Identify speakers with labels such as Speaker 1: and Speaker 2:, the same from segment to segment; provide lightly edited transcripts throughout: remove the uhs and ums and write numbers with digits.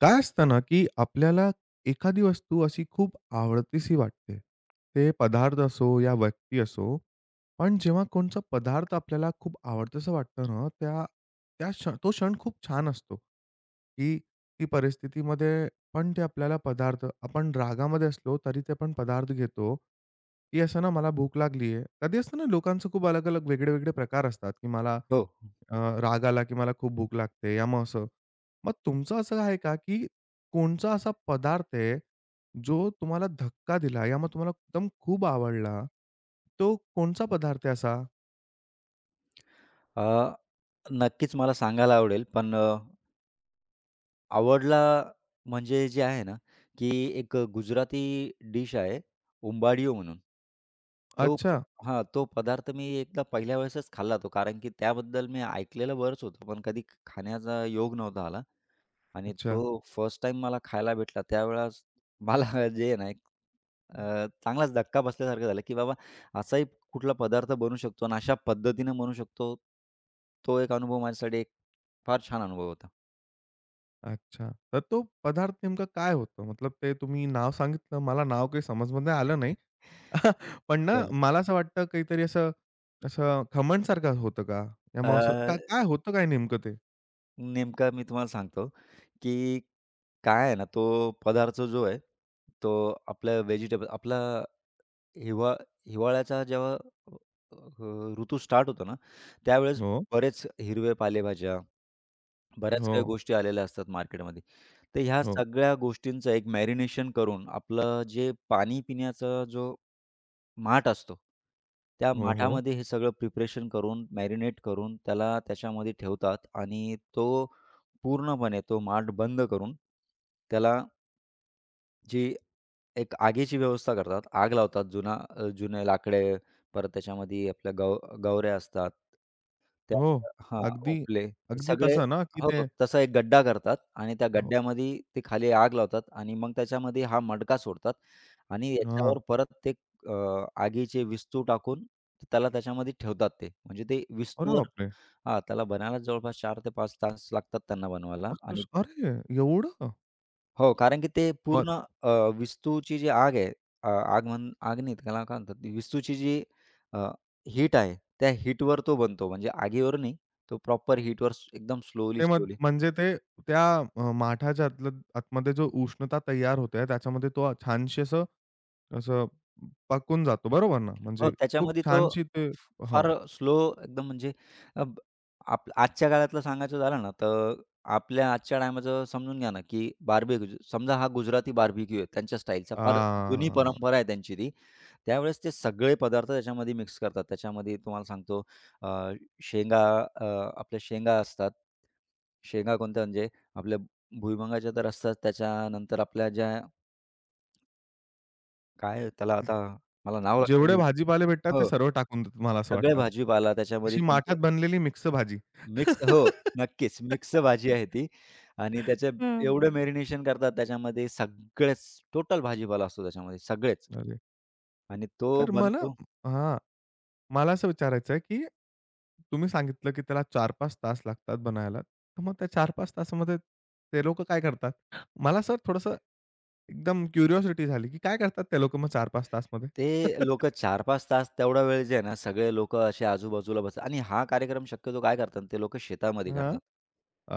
Speaker 1: काय असतं ना, की आपल्याला एखादी वस्तू अशी खूप आवडतीशी वाटते. ते पदार्थ असो या व्यक्ती असो. पण जेव्हा कोणचा पदार्थ आपल्याला खूप आवडतसं वाटतं ना, त्या त्या क्षण तो क्षण खूप छान असतो, की ती परिस्थितीमध्ये पण ते आपल्याला पदार्थ आपण रागामध्ये असलो, तरी ते आपण पदार्थ घेतो, की असं ना मला भूक लागली आहे. कधी असतं ना लोकांचं खूप अलग-अलग, वेगळे-वेगळे प्रकार असतात, की मला
Speaker 2: हो.
Speaker 1: राग आला, की मला खूप भूक लागते या मग असं. मग तुमचं असं आहे का, की कोणचा असा पदार्थ आहे, जो तुम्हाला धक्का दिला या मग तुम्हाला एकदम खूप आवडला? तो कोणचा पदार्थ आहे असा?
Speaker 2: अ, नक्कीच मला सांगायला आवडेल, पण आवडला म्हणजे जे आहे ना, की एक गुजराती डिश आहे उंबाडियो म्हणून. तो
Speaker 1: अच्छा,
Speaker 2: हां, तो पदार्थ मी एकदा पहिल्या वेळेसच खाल्ला तो, कारण की त्याबद्दल मी ऐकलेलं बरंच होतं, पण कधी खाण्याचा योग नव्हता आला. आणि
Speaker 1: अच्छा,
Speaker 2: तो फर्स्ट टाइम मला खायला भेटला त्यावेळेस मला जे आहे ना एक अ, चांगलाच धक्का बसल्यासारखं झालं, की बाबा असाही कुठला पदार्थ बनू शकतो आणि अशा पद्धतीनं बनू शकतो. तो एक अनुभव माझ्यासाठी एक फार छान अनुभव होता.
Speaker 1: अच्छा. तर तो पदार्थ नेमका काय होतं? मतलब ते तुम्ही नाव सांगितलं, मला नाव काही समजमध्ये आलं नाही. पण ना
Speaker 2: चल.
Speaker 1: मला असं वाटतं काहीतरी असं असं खमणसारखं होतं का?
Speaker 2: अ,
Speaker 1: त्यामुळे असं का काय होतं काय नेमकं ते?
Speaker 2: नेमका मी तुम्हाला सांगतो, की काय आहे ना तो पदार्थ जो आहे, तो आपल्या व्हेजिटेबल आपला हिवा हिवाळ्याचा जेव्हा ऋतू स्टार्ट होतो ना, त्यावेळेस
Speaker 1: हो,
Speaker 2: बरेच हिरवे पालेभाज्या बऱ्याच
Speaker 1: हो,
Speaker 2: काही गोष्टी आलेल्या असतात मार्केटमध्ये. तर ह्या
Speaker 1: हो,
Speaker 2: सगळ्या गोष्टींचं एक मॅरिनेशन करून आपलं जे पाणी पिण्याचा जो माठ असतो, त्या
Speaker 1: हो, हो,
Speaker 2: माठामध्ये हे सगळं प्रिपरेशन करून, मॅरिनेट करून त्याला त्याच्यामध्ये ठेवतात आणि तो पूर्णपणे तो माठ बंद करून त्याला जी एक आगीची व्यवस्था करतात. आग लावतात. जुना जुने लाकडे, परत त्याच्यामध्ये आपल्या गवऱ्या असतात. त्या
Speaker 1: हो.
Speaker 2: हां,
Speaker 1: अगदी,
Speaker 2: उपले
Speaker 1: अगदी
Speaker 2: सगळे
Speaker 1: तसं ना, की
Speaker 2: हो,
Speaker 1: ते
Speaker 2: तसा एक गड्डा करतात आणि त्या
Speaker 1: हो.
Speaker 2: गड्ड्यामध्ये ते खाली आग लावतात आणि मग त्याच्यामध्ये हा मडका सोडतात आणि याच्यावर
Speaker 1: हां.
Speaker 2: परत ते अ, आगीचे विस्तू टाकून त्याला त्याच्यामध्ये ठेवतात ते. म्हणजे ते
Speaker 1: अरे
Speaker 2: विस्तूवर
Speaker 1: बापरे!
Speaker 2: हां, त्याला बनायला जवळपास 4 ते 5 तास लागतात त्यांना बनवायला आणि
Speaker 1: असंच अरे! एवढं?
Speaker 2: हो, कारण की ते
Speaker 1: मग
Speaker 2: पूर्ण अ, विस्तूची जी आग आहे, अ, आग म्हण आग नाही त्याला काय म्हणतात, ती विस्तूची जी हीट आहे, त्या हीटवर तो बनतो. म्हणजे आगीवर नाही, तो प्रॉपर हीटवर एकदम स्लोली,
Speaker 1: ते मग
Speaker 2: स्लोली.
Speaker 1: म्हणजे ते त्या माठाच्या आतलं आतमध्ये जो उष्णता तयार होते त्याच्यामध्ये तो छानशी असं असं पकून जातो बरोबर ना?
Speaker 2: हो,
Speaker 1: म्हणजे खूप
Speaker 2: त्याच्यामध्ये तो
Speaker 1: छानशी ते हो.
Speaker 2: फार स्लो एकदम म्हणजे अ, ब- आप आजच्या काळातलं सांगायचं झालं ना, तर आपल्या आजच्या टायमाचं समजून घ्या ना, की बार्बेक्यू समजा हा गुजराती बार्बेक्यू आहे त्यांच्या स्टाईलचा,
Speaker 1: अ,
Speaker 2: फार जुनी परंपरा आहे त्यांची ती. त्यावेळेस ते सगळे पदार्थ त्याच्यामध्ये मिक्स करतात. त्याच्यामध्ये तुम्हाला सांगतो अ, शेंगा अ, आपल्या शेंगा असतात. शेंगा कोणत्या म्हणजे आपल्या भुईमुंगाच्या तर असतात. त्याच्यानंतर आपल्या ज्या काय त्याला आता मला नाव लक्षात
Speaker 1: जेवढे
Speaker 2: येई
Speaker 1: भाजीपाले भेटतात ते
Speaker 2: हो.
Speaker 1: सर्व टाकून देतात मला असं
Speaker 2: सगळे
Speaker 1: वाटतात.
Speaker 2: भाजीपाला त्याच्यामध्ये
Speaker 1: अशी
Speaker 2: तुमचं
Speaker 1: माठात बनलेली मिक्स भाजी.
Speaker 2: मिक्स हो, नक्कीच मिक्स भाजी आहे ती आणि त्याचे एवढं
Speaker 1: हां.
Speaker 2: मॅरिनेशन करतात त्याच्यामध्ये सगळेच, टोटल भाजीपाला असतो त्याच्यामध्ये सगळेच
Speaker 1: अरे!
Speaker 2: आणि तो
Speaker 1: तर मला
Speaker 2: बनतो
Speaker 1: हां. मला असं विचारायचं आहे, की तुम्ही सांगितलं, की त्याला 4-5 तास लागतात बनायला. तर मग त्या 4-5 तासामध्ये ते लोकं काय करतात? मला सर थोडंसं एकदम क्युरिओसिटी झाली, की काय करतात ते लोकं मग 4-5 तासमध्ये?
Speaker 2: ते लोक 4-5 तास तेवढा वेळ जे आहे ना, सगळे लोकं असे आजूबाजूला बसतात आणि हा कार्यक्रम शक्यतो काय करतात ते लोक शेतामध्ये
Speaker 1: हां.
Speaker 2: करतात.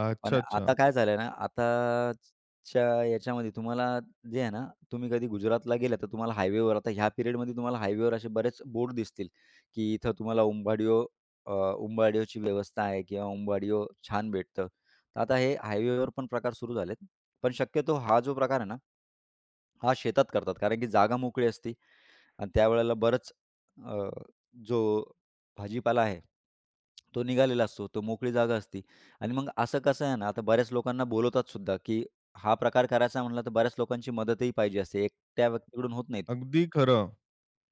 Speaker 1: अच्छा,
Speaker 2: पण
Speaker 1: अच्छा.
Speaker 2: आता काय झालंय ना, आताच्या याच्यामध्ये तुम्हाला जे आहे ना, तुम्ही कधी गुजरातला गेला तर तुम्हाला हायवेवर आता ह्या पिरियडमध्ये तुम्हाला हायवेवर असे बरेच बोर्ड दिसतील, की इथं तुम्हाला उंबाडियो अ, उंबाडियोची व्यवस्था आहे किंवा उंबाडियो छान भेटतं. तर आता हे हायवेवर पण प्रकार सुरू झालेत. पण शक्यतो हा जो प्रकार आहे ना, हा शेतात करतात कारण की जागा मोकळी असते. आणि त्यावेळेला बरंच अ, जो भाजीपाला आहे, तो निघालेला असतो. तो मोकळी जागा असते आणि मग असं कसं आहे ना, आता बऱ्याच लोकांना बोलवतात सुद्धा, की हा प्रकार करायचा म्हणला तर बऱ्याच लोकांची मदतही पाहिजे असते. एकट्या व्यक्तीकडून होत नाहीत.
Speaker 1: अगदी खरं.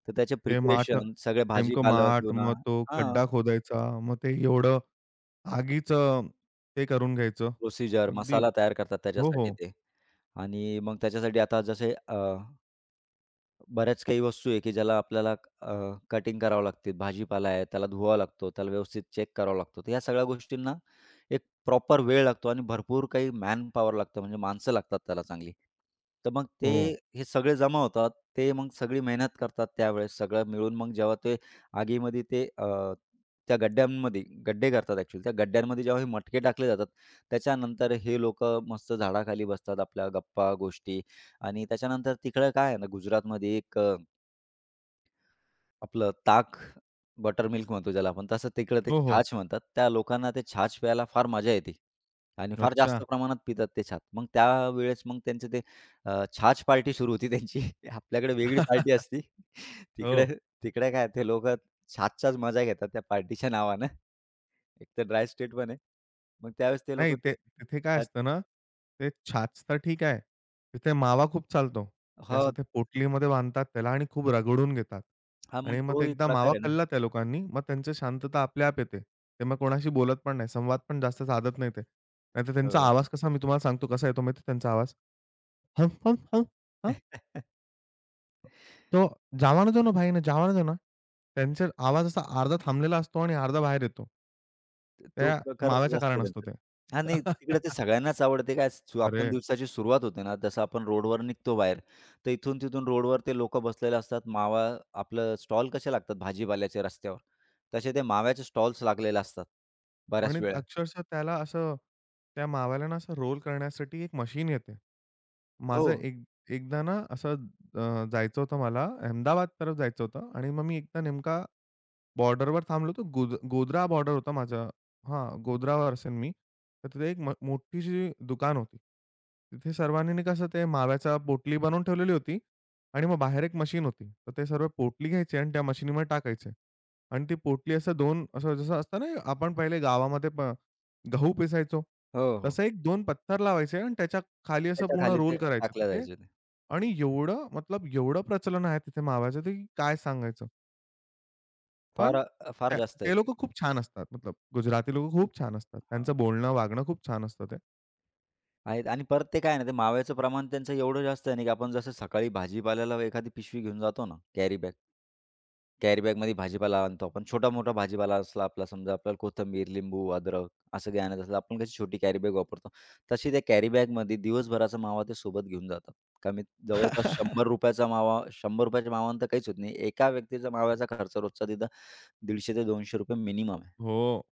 Speaker 2: तर त्याचे
Speaker 1: ते माठ
Speaker 2: प्रिपरेशन, सगळे
Speaker 1: नेमकं
Speaker 2: भाजीपाला
Speaker 1: माठ, मग
Speaker 2: धुणं
Speaker 1: तो
Speaker 2: हां,
Speaker 1: खड्डा खोदायचा, मग ते एवढं आगीचं ते करून घ्यायचं.
Speaker 2: प्रोसिजर
Speaker 1: अगदी
Speaker 2: मसाला तयार करतात
Speaker 1: हो,
Speaker 2: त्याच्यासाठी
Speaker 1: हो.
Speaker 2: ते आणि मग त्याच्यासाठी आता जसे बऱ्याच काही वस्तू आहे, की ज्याला आपल्याला कटिंग करावं लागते. भाजीपाला आहे, त्याला धुवावा लागतो, त्याला व्यवस्थित चेक करावा लागतो. तर या सगळ्या गोष्टींना एक प्रॉपर वेळ लागतो आणि भरपूर काही मॅन पॉवर लागतं, म्हणजे माणसं लागतात त्याला चांगली. तर मग ते
Speaker 1: हो.
Speaker 2: हे सगळे जमा होतात. ते मग सगळी मेहनत करतात त्यावेळेस. सगळं मिळून मग जेव्हा ते आगीमध्ये ते त्या गड्ड्यांमध्ये गड्डे करतात ॲक्चुअली. त्या गड्ड्यांमध्ये जेव्हा हे मटके टाकले जातात, त्याच्यानंतर हे लोकं मस्त झाडाखाली बसतात, आपल्या गप्पा, गोष्टी आणि त्याच्यानंतर तिकडं काय आहे ना, गुजरातमध्ये एक आपलं ताक बटर मिल्क म्हणतो ज्याला आपण, तसं तिकडं ते
Speaker 1: हो, हो.
Speaker 2: छाछ म्हणतात. त्या लोकांना ते छाछ प्यायला फार मजा येते आणि फार
Speaker 1: अच्छा.
Speaker 2: जास्त प्रमाणात पितात ते छाछ. मग त्यावेळेस मग त्यांचे ते छाछ पार्टी सुरू होती त्यांची. आपल्याकडे वेगळी पार्टी असती. तिकडे
Speaker 1: हो.
Speaker 2: तिकडे काय ते लोकं छाछच्याच मजा घेतात त्या पार्टीच्या नावानं. एक तर ड्राय स्टेट पण आहे. मग त्यावेळेस ते लोकं
Speaker 1: नाही
Speaker 2: ते
Speaker 1: ते तिथे काय
Speaker 2: छाछ
Speaker 1: असतं ना, ते छाछ तर ठीक आहे. तिथे मावा खूप चालतो. ते
Speaker 2: हो.
Speaker 1: असं ते पोटलीमध्ये बांधतात त्याला आणि खूप रगडून घेतात.
Speaker 2: हां, मग
Speaker 1: आणि मग
Speaker 2: तो
Speaker 1: ते
Speaker 2: एक
Speaker 1: एकदा
Speaker 2: प्रकार
Speaker 1: मावा
Speaker 2: आहे ना.
Speaker 1: खाल्ला त्या लोकांनी, मग त्यांची शांतता आपल्या-आप येते. ते मग कोणाशी बोलत पण नाही. संवाद पण जास्त साधत नाही ते. नाहीतर त्यांचा
Speaker 2: हो.
Speaker 1: आवाज कसा मी तुम्हाला सांगतो कसा येतो माहिती आहे त्यांचा आवाज? "हम, हम, हम, हां, तो जावानं दो ना भाई ना, जावानं दो ना." त्यांचा आवाज असा अर्धा थांबलेला असतो आणि अर्धा बाहेर येतो.
Speaker 2: तो
Speaker 1: त्या
Speaker 2: प्रकारच
Speaker 1: माव्याच्या
Speaker 2: जास्त आहे
Speaker 1: कारण असतो
Speaker 2: त्यांचा.
Speaker 1: ते.
Speaker 2: हां, नाही तिकडे ते सगळ्यांनाच आवडते काय सु आपण
Speaker 1: अरे!
Speaker 2: दिवसाची सुरुवात होते ना, जसं आपण रोडवर निघतो बाहेर, तर इथून-तिथून रोडवर ते लोकं बसलेले असतात. मावा आपलं स्टॉल कसे लागतात भाजीपाल्याचे रस्त्यावर, तसे ते माव्याचे स्टॉल्स लागलेले असतात बऱ्याच
Speaker 1: आणि
Speaker 2: वेळा.
Speaker 1: अक्षरशः त्याला असं त्या माव्याला ना असं रोल करण्यासाठी एक मशीन येते.
Speaker 2: हो,
Speaker 1: माझं एक एकदा ना असं जायचं होतं मला अहमदाबाद तरफ जायचं होतं आणि मग मी एकदा नेमका बॉर्डरवर थांबलो होतो. गोधरा बॉर्डर होता माझा. हां, गोधरावर असेन मी. तर तिथे एक मोठीशी दुकान होती. तिथे सर्वांनी कसं ते माव्याच्या पोटली बनवून ठेवलेली होती आणि मग बाहेर एक मशीन होती. तर ते सर्व पोटली घ्यायचे आणि त्या मशीनीमध्ये टाकायचे. आणि ती पोटली असं 2 असं जसं असतं ना, आपण पहिले गावामध्ये गहू पिसायचो.
Speaker 2: हो, हो.
Speaker 1: तसं एक 2 पत्थर लावायचे आणि त्याच्या खाली असं
Speaker 2: त्याच्या
Speaker 1: पूर्ण
Speaker 2: खाली ते
Speaker 1: रोल करायचं. तर
Speaker 2: टाकल्या
Speaker 1: ते
Speaker 2: जायचे ते.
Speaker 1: आणि एवढं मतलब एवढं प्रचलन आहे तिथे माव्याचं ते की काय सांगायचं.
Speaker 2: फार
Speaker 1: पण
Speaker 2: फार
Speaker 1: त्या
Speaker 2: जास्त आहेत.
Speaker 1: ते लोकं खूप छान असतात. मतलब गुजराती लोकं खूप छान असतात. त्यांचं बोलणं, वागणं खूप छान असतं ते.
Speaker 2: आहेत आणि परत ते काय आहे ना, ते माव्याचं प्रमाण त्यांचं एवढं जास्त आहे ना, की आपण जसं सकाळी भाजीपाल्याला एखादी पिशवी घेऊन जातो ना, कॅरी बॅग. कॅरी बॅगमध्ये भाजीपाला आणतो आपण. छोटा-मोठा भाजीपाला असला आपला समजा आपल्याला कोथिंबीर, लिंबू, अद्रक असं काही आणायचं असलं, आपण कशी छोटी कॅरी बॅग वापरतो. तशी त्या कॅरी बॅगमध्ये दिवसभराचा मावा ते सोबत घेऊन जातात. कमीत जवळपास ₹100 चा मावा ₹100 च्या मावानं तर काहीच होत नाही. एका व्यक्तीचा माव्याचा खर्च रोजचा तिथं ₹150 ते ₹200 मिनिमम आहे.
Speaker 1: हो,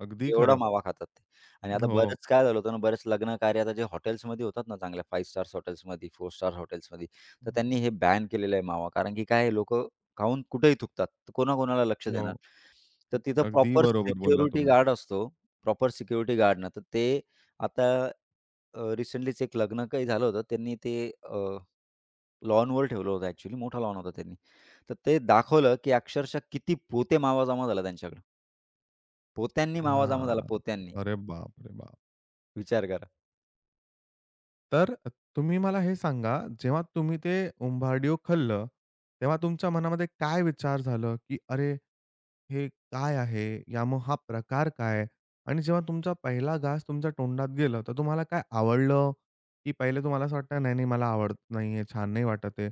Speaker 1: अगदी
Speaker 2: एवढा
Speaker 1: खरं.
Speaker 2: मावा खातात ते. आणि आता
Speaker 1: हो,
Speaker 2: बरंच काय झालं होतं ना, बरेच लग्न कार्य आता जे हॉटेल्समध्ये होतात ना, चांगल्या 5 स्टार्स हॉटेल्समध्ये, 4 स्टार हॉटेल्समध्ये, तर त्यांनी हे बॅन केलेलं आहे मावा. कारण की काय आहे खाऊन कुठेही थुंकतात. तर कोणाकोणाला लक्ष देणार?
Speaker 1: हो.
Speaker 2: तर तिथं
Speaker 1: अगदी
Speaker 2: प्रॉपर
Speaker 1: बरोबर बोलला
Speaker 2: सिक्युरिटी
Speaker 1: तुम्ही.
Speaker 2: गार्ड असतो. प्रॉपर सिक्युरिटी गार्ड ना, तर ते आता रिसेंटलीच एक लग्न काही झालं होतं. त्यांनी ते अ, लॉनवर ठेवलं होतं ॲक्चुअली. मोठा लॉन होता त्यांनी. तर ते दाखवलं, की अक्षरशः किती पोते मावा जमा झाला त्यांच्याकडं. पोत्यांनी मावा जमा झाला,
Speaker 1: हां.
Speaker 2: पोत्यांनी.
Speaker 1: अरे बापरे बाप!
Speaker 2: विचार करा.
Speaker 1: तर तुम्ही मला हे सांगा, जेव्हा तुम्ही ते उंबारडियो खाल्लं, तेव्हा तुमच्या मनामध्ये काय विचार झालं, की "अरे, हे काय आहे? या मग हा प्रकार काय आहे? आणि जेव्हा तुमचा पहिला घास तुमच्या तोंडात गेलं, तर तुम्हाला काय आवडलं? की पहिले तुम्हाला असं वाटतं, "नाही, नाही, मला आवडत नाहीये, छान नाही वाटत आहे."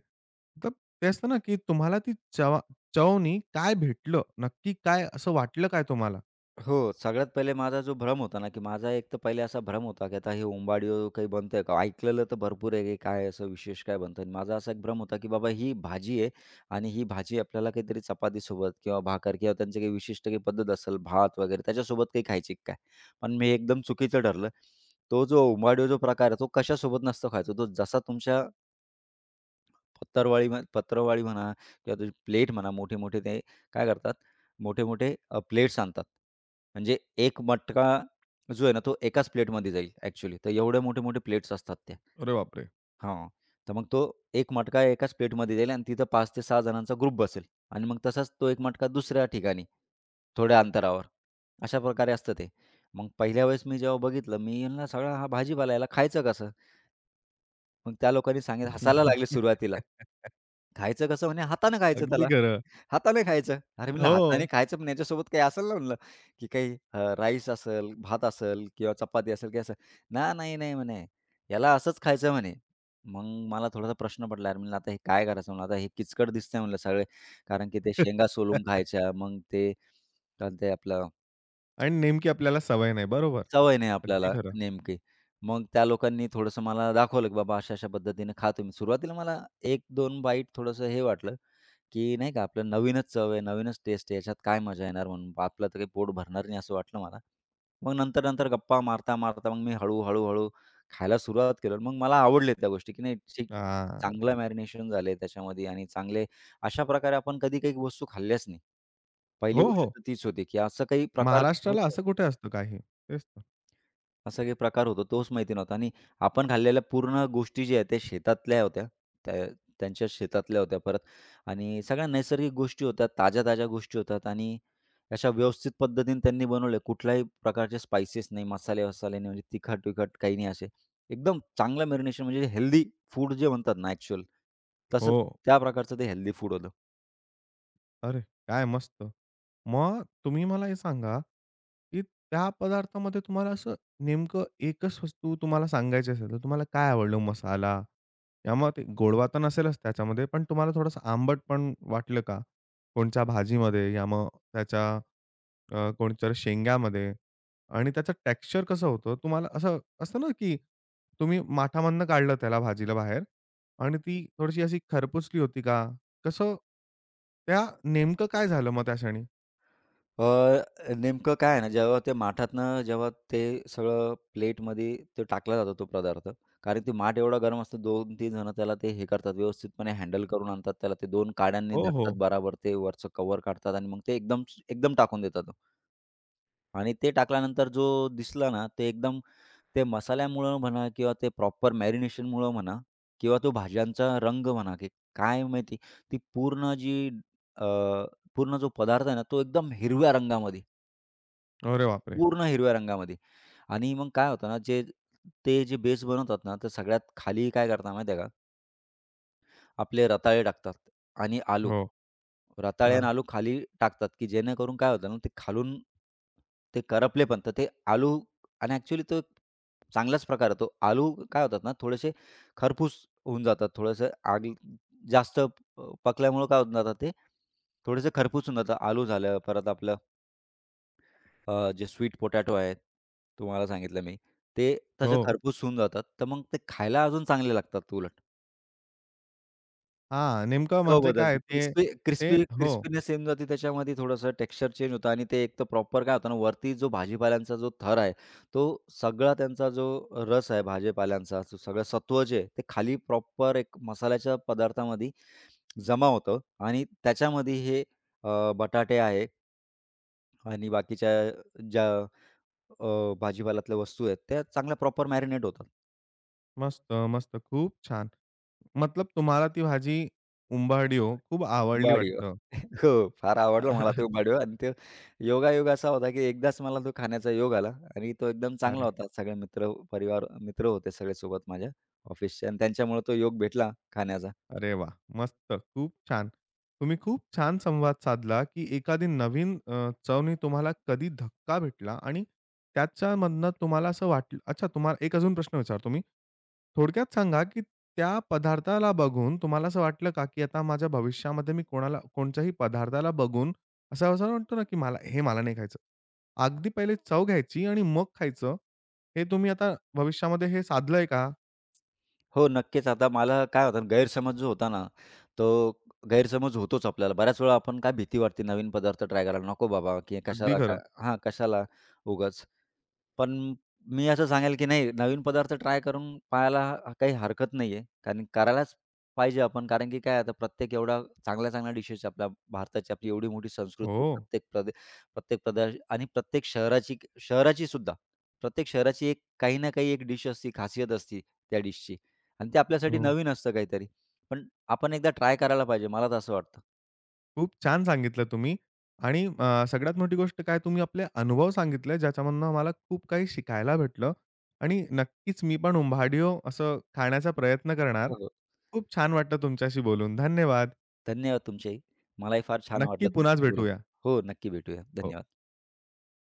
Speaker 1: तर ते असतं ना, की तुम्हाला ती चवनी काय भेटलं? नक्की काय असं वाटलं काय तुम्हाला?
Speaker 2: हो, सगळ्यात पहिले माझा जो भ्रम होता ना, की माझा एक तर पहिले असा भ्रम होता, की आता हे उंबाडियो काही बनतंय का? ऐकलेलं तर भरपूर आहे, की काय असं विशेष काय बनतं? आणि माझा असा एक भ्रम होता, की बाबा ही भाजी आहे आणि ही भाजी आपल्याला काहीतरी चपातीसोबत किंवा भाकर किंवा त्यांची काही विशिष्ट काही पद्धत असेल, भात वगैरे त्याच्यासोबत काही खायची काय? पण मी एकदम चुकीचं ठरलं. तो जो उंबाडियो जो प्रकार आहे, तो कशासोबत नसतो खायचा. तो जसा तुमच्या पत्रावळी म्हणा किंवा तुझी प्लेट म्हणा, मोठे-मोठे ते काय करतात, मोठे-मोठे प्लेट्स आणतात. म्हणजे एक मटका जो आहे ना, तो एकाच प्लेटमध्ये जाईल ॲक्चुअली. तर एवढे मोठे-मोठे प्लेट्स असतात त्या.
Speaker 1: अरे बापरे!
Speaker 2: हां. तर मग तो एक मटका एकाच प्लेटमध्ये जाईल आणि तिथं 5 ते 6 जणांचा ग्रुप बसेल आणि मग तसाच तो एक मटका दुसऱ्या ठिकाणी, थोड्या अंतरावर. अशा प्रकारे असतं ते. मग पहिल्या वेळेस मी जेव्हा बघितलं, मी म्हणलं सगळा हा भाजीपाला याला खायचं कसं? मग त्या लोकांनी सांगितलं हसायला लागले सुरुवातीला. "खायचं कसं?" म्हणे, "हातानं खायचं
Speaker 1: अगदी
Speaker 2: त्याला,
Speaker 1: खरं.
Speaker 2: हाताने खायचं." अरे म्हणलं, "हाताने
Speaker 1: हो.
Speaker 2: खायचं पण याच्यासोबत काही असेल ना?" म्हणलं, की काही राईस असेल, भात असेल किंवा चपाती असेल, की असं. "ना, नाही, नाही," म्हणे, "याला असंच खायचं" म्हणे. मग मला थोडासा प्रश्न पडला. अरे म्हणलं, "आता हे काय करायचं?" म्हणलं, "आता हे किचकट दिसतंय" म्हणलं सगळे. कारण की ते शेंगा सोलून खायच्या, मग ते काय म्हणते आपलं
Speaker 1: आणि नेमकी आपल्याला सवय नाही. बरोबर.
Speaker 2: सवय नाही
Speaker 1: अगदी
Speaker 2: आपल्याला
Speaker 1: खरं.
Speaker 2: नेमकी. मग त्या लोकांनी थोडंसं मला दाखवलं, की बाबा अशा-अशा पद्धतीने खा तुम्ही. सुरुवातीला मला एक दोन बाईट थोडंसं हे वाटलं, की नाही का आपलं नवीनच चव आहे, नवीनच टेस्ट आहे, याच्यात काय मजा येणार म्हणून. आपलं तर काही पोट भरणार नाही असं वाटलं मला. मग नंतर-नंतर गप्पा मारता-मारता मग मी हळू-हळू, हळू हळू खायला सुरुवात केलं. मग मला आवडले त्या गोष्टी, की नाही ठीक
Speaker 1: हां.
Speaker 2: चांगलं मॅरिनेशन झालंय त्याच्यामध्ये आणि चांगले अशा प्रकारे आपण कधी काही वस्तू खाल्ल्याच नाही. पहिली
Speaker 1: हो,
Speaker 2: गोष्ट
Speaker 1: हो.
Speaker 2: तर तीच होती, की असं काही प्रकार
Speaker 1: महाराष्ट्राला
Speaker 2: होतो.
Speaker 1: असं कुठे असतं काही? तेच तर.
Speaker 2: असा काही प्रकार होतो तोच माहिती नव्हता आणि आपण खाल्लेल्या पूर्ण गोष्टी ज्या आहेत त्या शेतातल्या होत्या. त्या त्यांच्या शेतातल्या होत्या परत आणि सगळ्या नैसर्गिक गोष्टी होत्या, ताज्या-ताज्या गोष्टी होतात आणि अशा व्यवस्थित पद्धतीने त्यांनी बनवले. कुठल्याही प्रकारचे स्पाइसेस नाही, मसाले-वसाले नाही, म्हणजे तिखट-विखट काही नाही असे. एकदम चांगलं मॅरिनेशन म्हणजे हेल्दी फूड जे म्हणतात ना ॲक्चुअल, तसं
Speaker 1: हो.
Speaker 2: त्या प्रकारचं ते हेल्दी फूड होतं.
Speaker 1: अरे! काय मस्त. मग तुम्ही मला हे सांगा, की त्या पदार्थामध्ये तुम्हाला असं नेमकं एकच वस्तू तुम्हाला सांगायची असेल, तर तुम्हाला काय आवडलं? मसाला या मग ते गोडवा तर नसेलच त्याच्यामध्ये, पण तुम्हाला थोडंसं आंबट पण वाटलं का? कोणत्या भाजीमध्ये या मग त्याच्या कोणत्यातरी शेंगामध्ये आणि त्याचं टेक्स्चर कसं होतं, तुम्हाला असं असतं ना, की तुम्ही माठामधनं काढलं त्याला भाजीला बाहेर आणि ती थोडीशी अशी खरपुसली होती का? कसं त्या नेमकं काय झालं मग त्या क्षणी?
Speaker 2: अ, नेमकं काय आहे ना, जेव्हा ते माठातनं जेव्हा ते सगळं प्लेटमध्ये ते टाकला जातो तो पदार्थ. कारण ते माठ एवढा गरम असतो 2-3 जण त्याला ते हे करतात, व्यवस्थितपणे हँडल करून आणतात त्याला. ते 2 काड्यांनी
Speaker 1: हो,
Speaker 2: धरतात
Speaker 1: हो.
Speaker 2: बराबर ते वरचं कव्हर काढतात आणि मग ते एकदम एकदम टाकून देतात तो. आणि ते टाकल्यानंतर जो दिसला ना, ते एकदम ते मसाल्यामुळं म्हणा किंवा ते प्रॉपर मॅरिनेशनमुळं म्हणा किंवा तो भाज्यांचा रंग म्हणा, की काय माहिती ती पूर्ण जी अ, पूर्ण जो पदार्थ आहे ना, तो एकदम हिरव्या रंगामध्ये.
Speaker 1: अरे बापरे!
Speaker 2: पूर्ण हिरव्या रंगामध्ये आणि मग काय होतं ना, जे ते जे बेस बनवतात ना, तर सगळ्यात खाली काय करतात माहिती आहे का, आपले रताळे टाकतात आणि आलू.
Speaker 1: हो.
Speaker 2: रताळे आणि
Speaker 1: हां.
Speaker 2: आलू खाली टाकतात, की जेणेकरून काय होतं ना, ते खालून ते करपले पण तर ते आलू आणि ॲक्चुअली तो चांगलाच प्रकार आहे तो. आलू काय होतात ना, थोडेसे खरपूस होऊन जातात. थोडंसं आगी जास्त प पकल्यामुळं काय होऊन जातात ते, थोडेसे खरपूस होऊन जातात. आलू झालं, परत आपलं जे स्वीट पोटॅटो आहेत, तुम्हाला सांगितलं मी, ते तसे
Speaker 1: हो.
Speaker 2: खरपूस होऊन जातात. तर मग ते खायला अजून चांगले लागतात उलट.
Speaker 1: हां, नेमकं
Speaker 2: चव
Speaker 1: म्हणजे काय
Speaker 2: बदलते.
Speaker 1: ते
Speaker 2: क्रिस्पी
Speaker 1: ते
Speaker 2: क्रिस्पी
Speaker 1: हो.
Speaker 2: क्रिस्पीनेस येऊन जाते त्याच्यामध्ये थोडंसं टेक्स्चर चेंज होतं आणि ते एक तर प्रॉपर काय होतं ना, वरती जो भाजीपाल्यांचा जो थर आहे, तो सगळा त्यांचा जो रस आहे भाजीपाल्यांचा, तो सगळं सत्व जे आहे, ते खाली प्रॉपर एक मसाल्याच्या पदार्थामध्ये जमा होतं आणि त्याच्यामध्ये हे बटाटे आहे आणि बाकीच्या ज्या भाजीपाल्यातल्या वस्तू आहेत, त्या चांगल्या प्रॉपर मॅरिनेट होतात.
Speaker 1: मस्त, मस्त. खूप छान. मतलब तुम्हाला ती भाजी उंबारडियो खूप आवडली
Speaker 2: वाढीव.
Speaker 1: वाटतं.
Speaker 2: हो, फार आवडला मला तो वडापाव आणि तो योगायोग असा होता, की एकदाच मला तो खाण्याचा योग आला आणि तो एकदम चांगला
Speaker 1: अरे
Speaker 2: होता. सगळे मित्र, परिवार, मित्र होते सगळे सोबत माझ्या ऑफिसचे आणि त्यांच्यामुळे तो योग भेटला खाण्याचा.
Speaker 1: अरे वा, मस्त. खूप छान. तुम्ही खूप छान संवाद साधला, की एखादी नवीन चवनी तुम्हाला कधी धक्का भेटला आणि त्याच्यामधनं तुम्हाला असं वाटलं अच्छा तुम्हाला एक अजून प्रश्न विचारतो मी. थोडक्यात सांगा, की त्या पदार्थाला बघून तुम्हाला असं वाटलं का, की आता माझ्या भविष्यामध्ये मी कोणाला कोणत्याही पदार्थाला बघून असं असं वाटतो ना, की मला नाही खायचं. अगदी पहिले चव घ्यायची आणि मग खायचं. हे तुम्ही आता भविष्यामध्ये हे साधलंय का?
Speaker 2: हो, नक्कीच. आता मला काय होतं ना, गैरसमज जो होता ना, तो गैरसमज होतोच आपल्याला. बऱ्याच वेळा आपण काय भीती वाटते नवीन पदार्थ ट्राय करायला. नको बाबा, की
Speaker 1: अगदी
Speaker 2: कशाला का
Speaker 1: खरं.
Speaker 2: हां, कशाला उगाच. पण मी असं सांगेल, की नाही नवीन पदार्थ ट्राय करून पाहायला ह काही हरकत नाहीये. कारण करायलाच पाहिजे आपण. कारण की काय आता प्रत्येक एवढा चांगल्या-चांगल्या डिशेस आपल्या भारताची आपली एवढी मोठी
Speaker 1: हो,
Speaker 2: संस्कृती प्रत्येक प्रदेश आणि प्रत्येक शहराची शहराची सुद्धा. प्रत्येक शहराची एक काही ना काही एक डिश असती, खासियत असती त्या डिशची आणि ते आपल्यासाठी
Speaker 1: हो.
Speaker 2: नवीन असतं काहीतरी. पण आपण एकदा ट्राय करायला पाहिजे. मला तर असं वाटतं.
Speaker 1: खूप छान सांगितलं तुम्ही आणि सगळ्यात मोठी गोष्ट काय तुम्ही आपले अनुभव सांगितले, ज्याच्यामधनं आम्हाला खूप काही शिकायला भेटलं आणि नक्कीच मी पण उंबाडियो असं खाण्याचा प्रयत्न करणार.
Speaker 2: हो, हो.
Speaker 1: खूप छान वाटलं तुमच्याशी बोलून. धन्यवाद.
Speaker 2: धन्यवाद तुमचेही. मलाही फार छान
Speaker 1: नक्की
Speaker 2: वाटलं
Speaker 1: पुन्हाच
Speaker 2: तुमच्याशी बोलून.
Speaker 1: भेटूया.
Speaker 2: हो, नक्की भेटूया.
Speaker 1: हो.
Speaker 2: धन्यवाद.